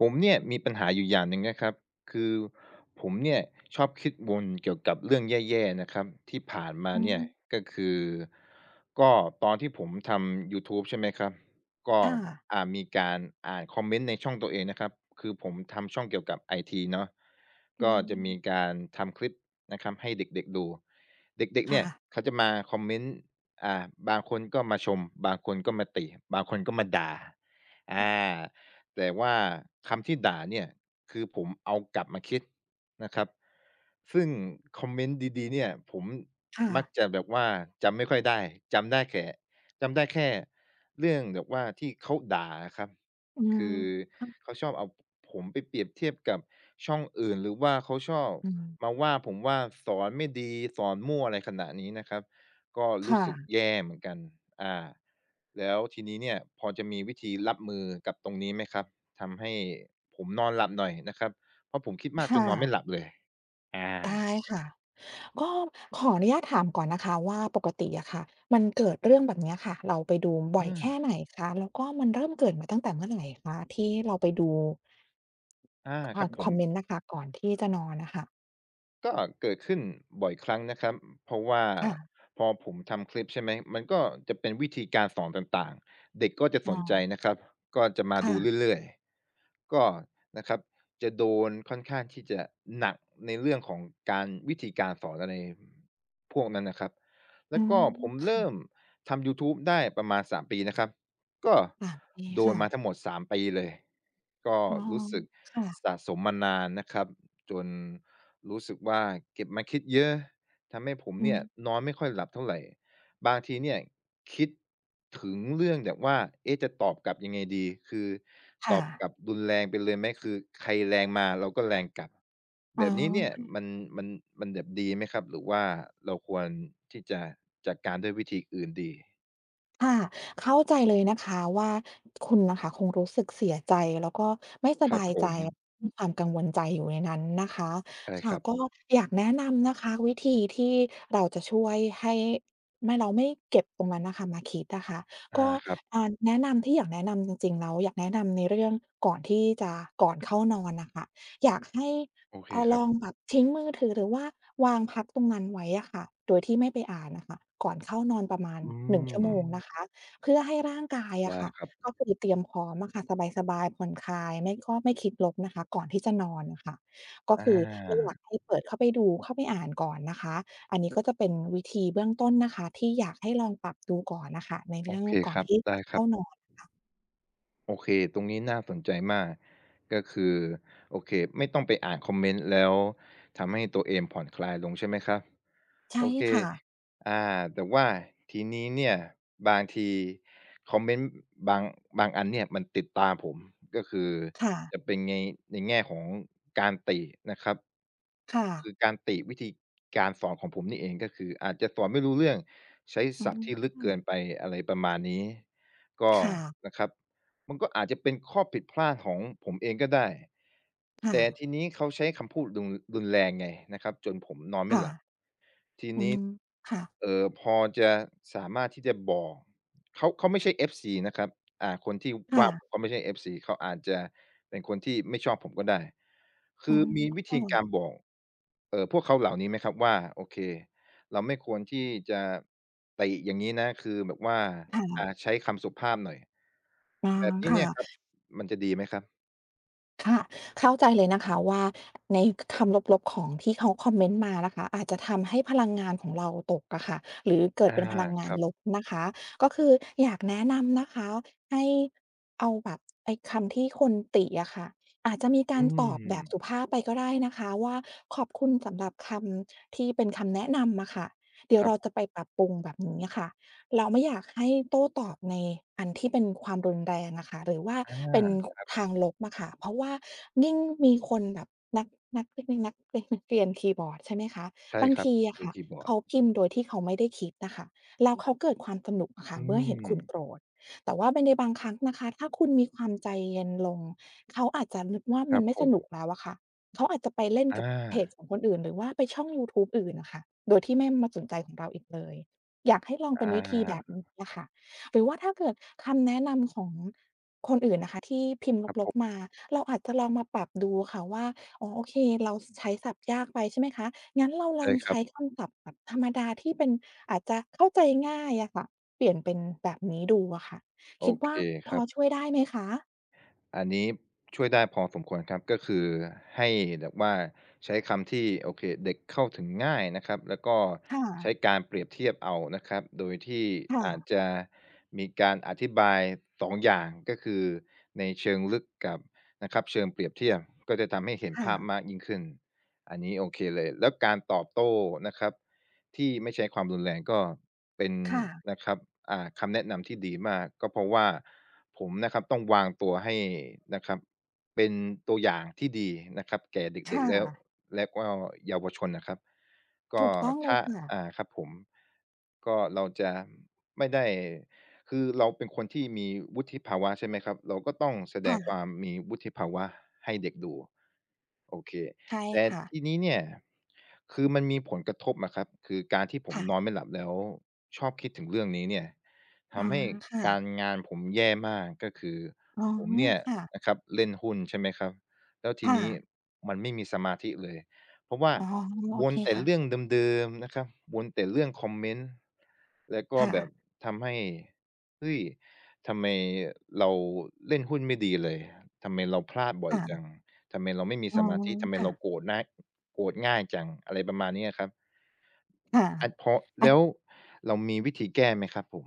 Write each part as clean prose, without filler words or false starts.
ผมเนี่ยมีปัญหาอยู่อย่างหนึ่งนะครับคือผมเนี่ยชอบคิดวนเกี่ยวกับเรื่องแย่ๆนะครับที่ผ่านมาอืเนี่มยก็คือก็ตอนที่ผมทำยูทูบใช่ไหมครับก็ค่ะมีการอ่านคอมเมนต์ในช่องตัวเองนะครับคือผมทำช่องเกี่ยวกับไอทีเนาะอืก็จะมีมการทำคลิปนะครับให้เด็กๆดูเด็กๆเนี่ยค่ะ เขาจะมาคอมเมนต์อ่าบางคนก็มาชมบางคนก็มาติบางคนก็มาด่าอา แต่ว่าคำที่ด่าเนี่ยคือผมเอากลับมาคิดนะครับซึ่งคอมเมนต์ดีๆเนี่ยผมค่ะมักจะแบบว่าจำไม่ค่อยได้จำได้แค่จำได้แค่เรื่องแบบว่าที่เขาด่าอะครับอืมคือค่ะเขาชอบเอาผมไปเปรียบเทียบกับช่องอื่นหรือว่าเขาชอบอืมามว่าผมว่าสอนไม่ดีสอนมั่วอะไรขนาดนี้นะครับ ก็รู้สึกค่ะแย่เหมือนกันอ่าแล้วทีนี้เนี่ยพอจะมีวิธีรับมือกับตรงนี้ไหมครับ ทำให้ผมนอนหลับหน่อยนะครับ เพราะผมคิดมาคกจนนอนไม่ห่ะลับเลยอาได้ค่ะ ก็ขออนุญาตถามก่อนนะคะว่าปกติอะค่ะมันเกิดเรื่องแบบเนี้ยค่ะเราไปดูบ่อยแค่อาไหนคะแล้วก็มันเริ่มเกิดมาตั้งแต่เมื่อไหร่คะที่เราไปดูอาครับผคอม มเมนต์น่ะค่ะก่อนที่จะนอนน่ะค่ะก็เกิดขึ้นบ่อยครั้งนะครับเพราะว่าค่ะพอผมทำคลิปใช่ไหมมันก็จะเป็นวิธีการสอนต่างๆเด็กก็จะอ๋สอนใจนะครับก็จะมาดูค่ะเรื่อยๆก็นะครับจะโดนค่อนข้างที่จะหนักในเรื่องของการวิธีการสอนอะไรพวกนั้นนะครับอืแล้วมก็ผมเริ่ค่ะมทำยูทูบได้ประมาณสามปีนะครับก็แบบนี้โดนค่ะมาทั้งหมดสามปีเลยก็อ๋อรู้สึกค่ะสะสมมานานนะครับจน รู้สึกว่าเก็บมาคิดเยอะทำให้ผมอืเนี่ยมนอนไม่ค่อยหลับเท่าไหร่บางทีเนี่ยคิดถึงเรื่องแบบว่าเอ๊ะจะตอบกลับยังไงดีคือตค่ะอบกลับรุนแรงไปเลยไหมคือใครแรงมาเราก็แรงกลับอ๋อ แบบนี้เนี่ยมันมันแบบดีไหมครับหรือว่าเราควรที่จะจัดการด้วยวิธีอื่นดีค่ะเข้าใจเลยนะคะว่าคุณนะคะคงรู้สึกเสียใจแล้วก็ไม่สครับบายผใจมมีความกังวลใจอยู่ในนั้นนะคะใช่คค่ะรับก็อยากแนะนำนะคะวิธีที่เราจะช่วยให้ไม่เราไม่เก็บตรงนั้นน่ะค่ะมาคิดอะค่ะอาก็ครับอ่าแนะนำที่อยากแนะนำจริงๆแล้วอยากแนะนำในเรื่องก่อนที่จะก่อนเข้านอนน่ะค่ะ อยากให้โอเคคลรับองแบบทิ้งมือถือหรือว่าวางพักตรงนั้นไว้อะค่ะโดยที่ไม่ไปอ่านน่ะค่ะก่อนเข้านอนประมาณอืหนึ่งชั่อวอืมโมงมนะคะเพื่อให้ร่างกายอะได้ค่ะครับก็คือเตรียมพร้อมอะค่ะสบายๆผ่อนคลายไม่ก็ไม่คิดลบนะคะก่อนที่จะนอนน่ะค่ะก็อคือไม่อยาากให้เปิดเข้าไปดูเข้าไปอ่านก่อนนะคะอันนี้ก็จะเป็นวิธีเบื้องต้นนะคะที่อยากให้ลองปรับดูก่อนน่ะค่ะในโอเรื่องเคก่อคนรับที่จะได้ครัเข้าบ นอนโอเคตรงนี้น่าสนใจมากก็คือโอเคไม่ต้องไปอ่านคอมเมนต์แล้วทำให้ตัวเองผ่อนคลายลงใช่ไหมครับ ใช่โอเคค่ะอ่าแต่ว่าทีนี้เนี่ยบางทีคอมเมนต์บางบางอันเนี่ยมันติดตาผมก็คือค่ะจะเป็นในแง่ของการตินะครับ ค่ะคือการติวิธีการสอนของผมนี่เองก็คืออาจจะสอนไม่รู้เรื่องใช้อืศัพท์ที่ลึกมเกินไปอะไรประมาณนี้ก็ค่ะนะครับมันก็อาจจะเป็นข้อผิดพลาดของผมเองก็ได้ค่ะ แต่ทีนี้เขาใช้คำพูดรุนแรงไงนะครับจนผมนอนไม่หลับ ค่ะอืมค่ะเอ่อพอจะสามารถที่จะบอกเขาไม่ใช่ FC นะครับอ่าคนที่ว่าผมค่ะเขาไม่ใช่ FC เขาอาจจะเป็นคนที่ไม่ชอบผมก็ได้อืคือมมีวิธีกาค่ะรบอกเอ่อพวกเขาเหล่านี้ไหมครับว่าโอเคเราไม่ควรที่จะเตะอย่างงี้นะคือแบบว่าค่ะอ่าใช้คำสุภาพหน่อยอาแบบนี้ค่ะเนี่ยครับมันจะดีไหมครับค่ะ เข้าใจเลยนะคะว่าในคคำลบๆของที่เขาคอมเมนต์มานะคะอาจจะทำให้พลังงานของเราตกอะค่ะหรือเกิดอาเป็นพลังงาคนรับลบนะคะก็คืออยากแนะนำนะคะให้เอาแบบไอ้คำที่คนติอะค่ะอาจจะมีการอืตอบแบมบสุภาพไปก็ได้นะคะว่าขอบคุณสำหรับคำที่เป็นคำแนะนำอะค่ะเดี๋ยวครัเราจะไปบปรับปรุงแบบนี้อะค่ะ เราไม่อยากให้โต้ตอบในอันที่เป็นความรุนแรงอะค่ะหรือว่าอาเป็นทางลบอะค่ะเพราะว่ายิ่งมีคนแบบนักนักเรียกนักเรียนนักเรียนคีย์บอร์ดใช่ไหมคะใช่บางครับทีอะเป็นค่ะคีย์บอร์ดเขาพิมพ์โดยที่เขาไม่ได้คิดน่ะค่ะแล้วเขาเกิดความสนุกอะค่ะอืเมื่อมเห็นคุณโกรธแต่ว่าเป็นในบางครั้งนะคะถ้าคุณมีความใจเย็นลงเขาอาจจะนึกว่าคมัรันบไม่ผสมนุกแล้วอะค่ะเขาอาจจะไปเล่นกัอา บเพจของคนอื่นหรือว่าไปช่องยูทูบอื่นน่ะค่ะโดยที่ไม่มาสนใจของเราอีกเลย อยากให้ลองอเป็นวิธีแบบานี้อะค่ะหรือว่าถ้าเกิดคำแนะนำของคนอื่นนะคะที่พิมพ์ครับลผบมๆมาเราอาจจะลองมาปรับดูค่ะว่าอ๋อโอเคเราใช้ศัพท์ยากไปใช่ไหมคะงั้นเราลอใช่งครัใช้บคำศัพท์แบบธรรมดาที่เป็นอาจจะเข้าใจง่ายอะค่ะเปลี่ยนเป็นแบบนี้ดูอะค่ะโอคิดเคว่าพคอรับ ช่วยได้ไหมคะอันนี้ช่วยได้พอสมควรครับก็คือให้แบบว่าใช้คำที่โอเคเด็กเข้าถึงง่ายนะครับแล้วก็คใช้่ะการเปรียบเทียบเอานะครับโดยที่อาจค่ะจะมีการอธิบาย2 อย่างก็คือในเชิงลึกกับนะครับเชิงเปรียบเทียบก็จะทำให้เห็นภาพค่ะมากยิ่งขึ้นอันนี้โอเคเลยแล้วการตอบโต้นะครับที่ไม่ใช้ความรุนแรงก็เป็นค่ะนะครับอ่าคำแนะนำที่ดีมากก็เพราะว่า ผมนะครับต้องวางตัวให้นะครับเป็นตัวอย่างที่ดีนะครับแก่เด็กค่ะๆแล้วและก็เยาวชนนะครับก็ถูกต้องเลยถ้าค่ะอ่าครับผมก็เราจะไม่ได้คือเราเป็นคนที่มีวุฒิภาวะใช่ไหมครับเราก็ต้องแสดงควาค่ะมมีวุฒิภาวะให้เด็กดูโอเคใช่แต่ค่ะทีนี้เนี่ยคือมันมีผลกระทบอะครับคือการที่ผมค่ะนอนไม่หลับแล้วชอบคิดถึงเรื่องนี้เนี่ย อ๋อทำให้ค่ะการงานผมแย่มากก็คืออ๋อผมเนี่ยค่ะนะครับเล่นหุ้นใช่ไหมครับแล้วทีค่ะ นี้มันไม่มีสมาธิเลยเพราะว่าอ๋อโอวนเคแต่ค่ะเรื่องเดิมๆนะครับวนแต่เรื่องคอมเมนต์แล้วก็แบบค่ะทำให้เฮ้ยทำไมเราเล่นหุ้นไม่ดีเลยทำไมเราพลาดบ่อยจัค่ะงทำไมเราไม่มีอ๋สอมาธิทำไมค่ะเราโกรธนายโกรธง่ายจังอะไรประมาณเนี้ยครับค่ะอันพออัน แล้วเรามีวิธีแก้ไหมครับผม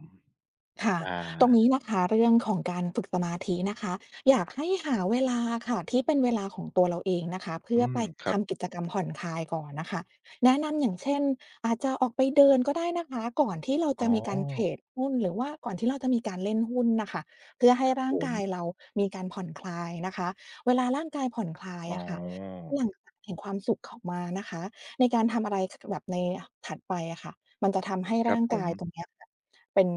ค่ะอาตรงนี้นะคะเรื่องของการฝึกสมาธินะคะอยากให้หาเวลาค่ะที่เป็นเวลาของตัวเราเองนะคะเพื่อือไปมครับทำกิจกรรมผ่อนคลายก่อนนะคะแนะนำอย่างเช่นอาจจะออกไปเดินก็ได้นะคะก่อนที่เราอ๋จะอมีการเทรดหุ้นหรือว่าก่อนที่เราจะมีการเล่นหุ้นนะคะเพื่อให้ผร่างมกายเรามีการผ่อนคลายนะคะเวลาร่างกายผ่อนคลายอ๋ออะค่ะหลังแห่งความสุขออกมานะคะในการทำอะไรแบบในถัดไปอะค่ะมันจะทำให้ครัร่าบงผกามยตรงเนี้ย เป็น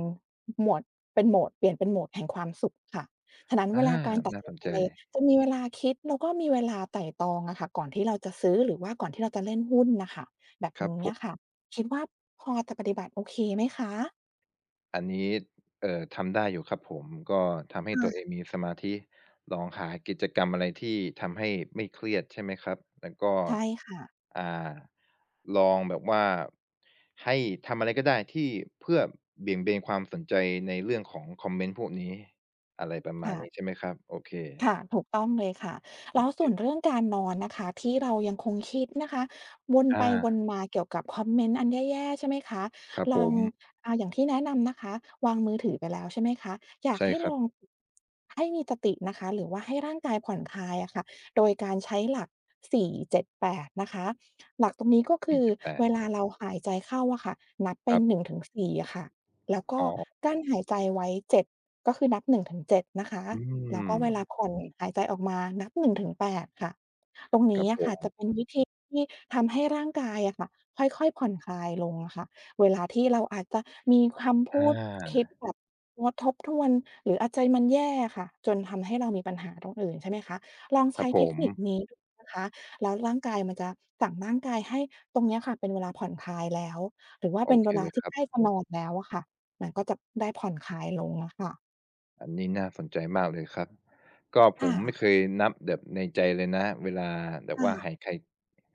หมวดเป็นโหมดเปลี่ยนเป็นโหมดแห่งความสุขค่ะ ฉะนั้นเวอาลาการตัดน่าสิสนนใจใจจะมีเวลาคิดแล้วก็มีเวลาไตร่ตรองอะค่ะก่อนที่เราจะซื้อหรือว่าก่อนที่เราจะเล่นหุ้นน่ะค่ะแบบครับผนี้อะมค่ะคิดว่าพอจะปฏิบัติโอเคไหมคะอันนี้ทำได้อยู่ครับผม ก็ทำให้ตัวเองค่ะมีสมาธิลองหากิจกรรมอะไรที่ทำให้ไม่เครียดใช่ไหมครับแล้วก็ใช่ค่ะอ่าลองแบบว่าให้ทำอะไรก็ได้ที่เพื่อเบี่ยงเบนความสนใจในเรื่องของคอมเมนต์พวกนี้ อะไรประมาณค่ะ นี้ใช่ไหมครับ โอเคค่ะถูกต้องเลยค่ะโอแล้วเคส่วนเรื่องการนอนนะคะที่เรายังคงคิดนะคะวนไปอาวนมาเกี่ยวกับคอมเมนต์อันแย่ๆใช่ไหมคะครับลผองม อย่างที่แนะนำนะคะวางมือถือไปแล้วใช่ไหมคะอยากใช่ให้คลรับองให้มีสตินะคะหรือว่าให้ร่างกายผ่อนคลายอะค่ะโดยการใช้หลัก4 7 8นะคะหลักตรงนี้ก็ปีคือเจ็ดแปเวดลาเราหายใจเข้าอะค่ะนับเปครันหนึ่งบถึงสี่อะค่ะแล้วก็อ๋อกั้นหายใจไว้เจ็ดก็คือนับหนึ่งถึงเจ็ดนะคะ อืแล้วก็มเวลาผ่อนหายใจออกมานับหนึ่งถึงแปดค่ะตรงคนี้รับผอะค่ะจะมเป็นวิธีที่ทำให้ร่างกายอะค่ะค่อยๆผ่อนคลายลงอะค่ะเวลาที่เราอาจจะมีคำอพูดคิาดแบบงดทบทวนหรืออาจใจมันแย่ค่ะจนทำให้เรามีปัญหาตรงอื่นใช่ไหมคะลองครัใช้บผเทคมนิคนี้ดูนะคะแล้วร่างกายมันจะสั่งร่างกายให้ตรงเนี้ยค่ะเป็นเวลาผ่อนคลายแล้วหรือว่าโอเป็นเคเวลาเลยที่ครับใกล้จะนอนแล้วอะค่ะมันก็จะได้ผ่อนคลายลงอะค่ะอันนี้น่าสนใจมากเลยครับก็ผค่ะมไม่เคยนับแบบในใจเลยนะเวลาแบบว่าหายค่ะใคร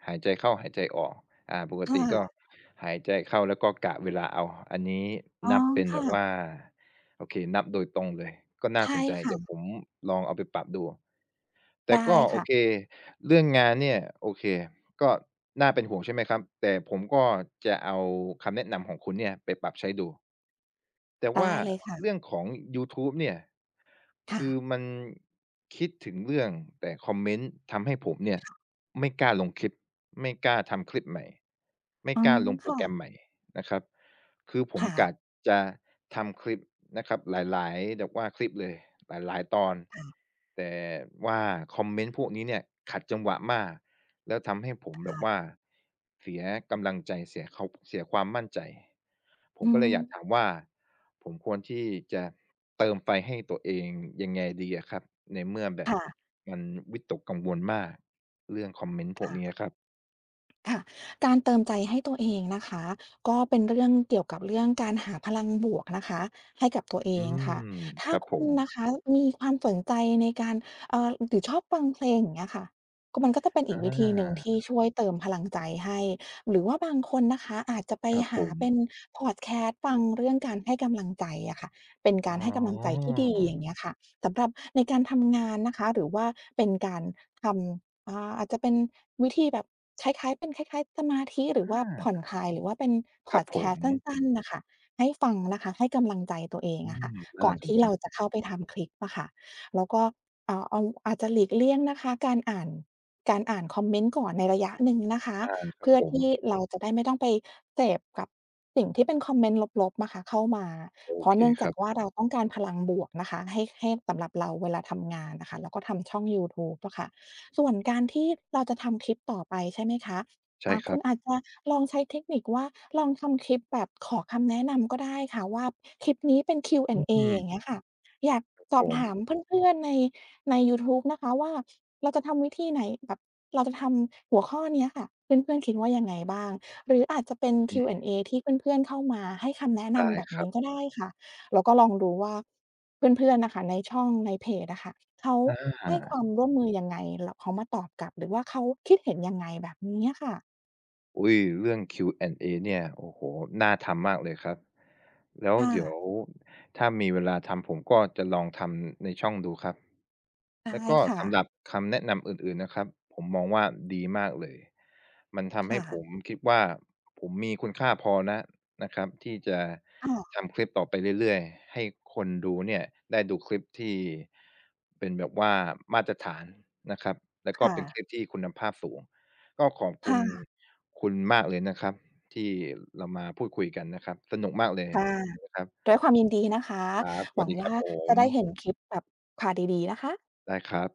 หายใจเข้าหายใจออกปกค่ติก็ะ หายใจเข้าแล้วก็กะเวลาเอาอันนี้อ๋อนับเป็นแบค่ะบว่า โอเค นับโดยตรงเลย ก็น่าใช่สนใจ ค่ะเดี๋ยวผมลองเอาไปปรับดูแต่ได้ก็โอเคค่ะเรื่องงานเนี่ยโอเคก็น่าเป็นห่วงใช่ไหมครับ แต่ผมก็จะเอาคำแนะนำของคุณเนี่ยไปปรับใช้ดู แต่ได้ว่าเลยเรื่ค่ะองของยูทูบเนี่ยค่ะคือมันคิดถึงเรื่องแต่คอมเมนต์ทำให้ผมเนี่ยค่ะไม่กล้าลงคลิป ไม่กล้าทำคลิปใหม่ ไม่อืกมล้าลงโปรแกรมใหค่ะม่นะครับ คือผมค่ะกะจะทำคลิปนะครับหลายๆแบบว่าคลิปเลยหลายๆตอนค่ะแต่ว่าคอมเมนต์พวกนี้เนี่ยขัดจังหวะมากแล้วทำให้ผมแบบค่ะว่าเสียกำลังใจเสียเขาเสียความมั่นใจผอืมก็เลยอยากถามมว่าผมควรที่จะเติมไฟให้ตัวเองยังไงดีอะครับในเมื่อแบบค่ะมันวิตกกังวลมากเรื่องคอมเมนต์พวกค่ะ นี้อะครับค่ะการเติมใจให้ตัวเองนะคะก็เป็นเรื่องเกี่ยวกับเรื่องการหาพลังบวกนะคะให้กับตัวเออืงมค่ะถ้าครับผคุณมนะคะมีความสนใจในการหรือชอบฟังเพลงอย่างเงี้ยค่ะก็มันก็จะเป็นอีกอวิธีหนึ่งาที่ช่วยเติมพลังใจให้หรือว่าบางคนนะคะอาจจะไปครับผหาม เป็นพอดแคสต์ฟังเรื่องการให้กำลังใจอะค่ะเป็นอ๋การให้กำลังใจอที่ดีอย่างเงี้ยค่ะสำหรับในการทำงานนะคะหรือว่าเป็นการทำ อาอาจจะเป็นวิธีแบบคล้ายๆเป็นคล้ายๆสมาธิหรือว่าอาผ่อนคลายหรือว่าเป็นพคอรับดผแคสมต์สั้นๆน่ะค่ะให้ฟังนะคะให้กำลังใจตัวเองอือะค่ะมน่าก่อนสนที่ใจเราจะเข้าไปทำคลิปอะค่ะแล้วก็เอาอาจจะหลีกเลี่ยงนะคะการอ่านการอ่านคอมเมนต์ก่อนในระยะหนึ่งนะคะอาครับเพื่อผม ที่เราจะได้ไม่ต้องไปเสพกับสิ่งที่เป็นคอมเมนต์ลบๆนะคะเข้ามาโอเพราะเคเนื่องคจากรับ ว่าเราต้องการพลังบวกนะคะให้สำหรับเราเวลาทำงานน่ะค่ะแล้วก็ทำช่องยูทูบอะค่ะ ส่วนการที่เราจะทำคลิปต่อไปใช่ไหมคะใช่อ่าคคุรัณอาบจจะลองใช้เทคนิคว่าลองทำคลิปแบบขอคำแนะนำก็ได้ค่ะว่าคลิปนี้เป็น อ Q&A ือมย่างเงี้ยค่ะอยากสผอบมถามเพื่อนๆในยูทูบนะคะว่าเราจะทำวิธีไหนแบบเราจะทำหัวข้อเนี้ยค่ะเพื่อนๆคิดว่ายังไงบ้างหรืออาจจะเป็น อืม Q&A ที่เพื่อนๆเข้ามาให้คำแนะได้นำแบบครันี้บก็ได้ค่ะแล้วก็ลองดูว่า เพื่อนๆน่ะค่ะในช่องในเพจอะค่ะเขาอให้ควาา มร่วมมือยังไงแล้วเขามาตอบกลับหรือว่าเขาคิดเห็นยังไงแบบนี้อะค่ะอุ๊ยเรื่อง Q&A เอเนี่ยโอ้โฮน่าทำมากเลยครับแล้วค่เดี๋ยะวถ้ามีเวลาทำผมก็จะลองทำในช่องดูครับแล้ได้วก็ค่ะสำหรับคำแนะนำอื่นๆนะครับผมมองว่าดีมากเลยมันทำให้ผมค่ะคิดว่าผมมีคุณค่าพอนะนะครับที่จะค่ะทำคลิปต่อไปเรื่อยๆให้คนดูเนี่ยได้ดูคลิปที่เป็นแบบว่ามาตรฐานนะครับแล้วก็ค่ะเป็นคลิปที่คุณภาพสูงก็ขอบคุณ ค่ะคุณมากเลยนะครับที่เรามาพูดคุยกันนะครับสนุกมากเลยค่ะนะครับด้วยความยินดีนะคะครับสหวัวัสงดีครัว่าบผจะมได้เห็นคลิปแบบค่ะดีๆนะคะได้ครับ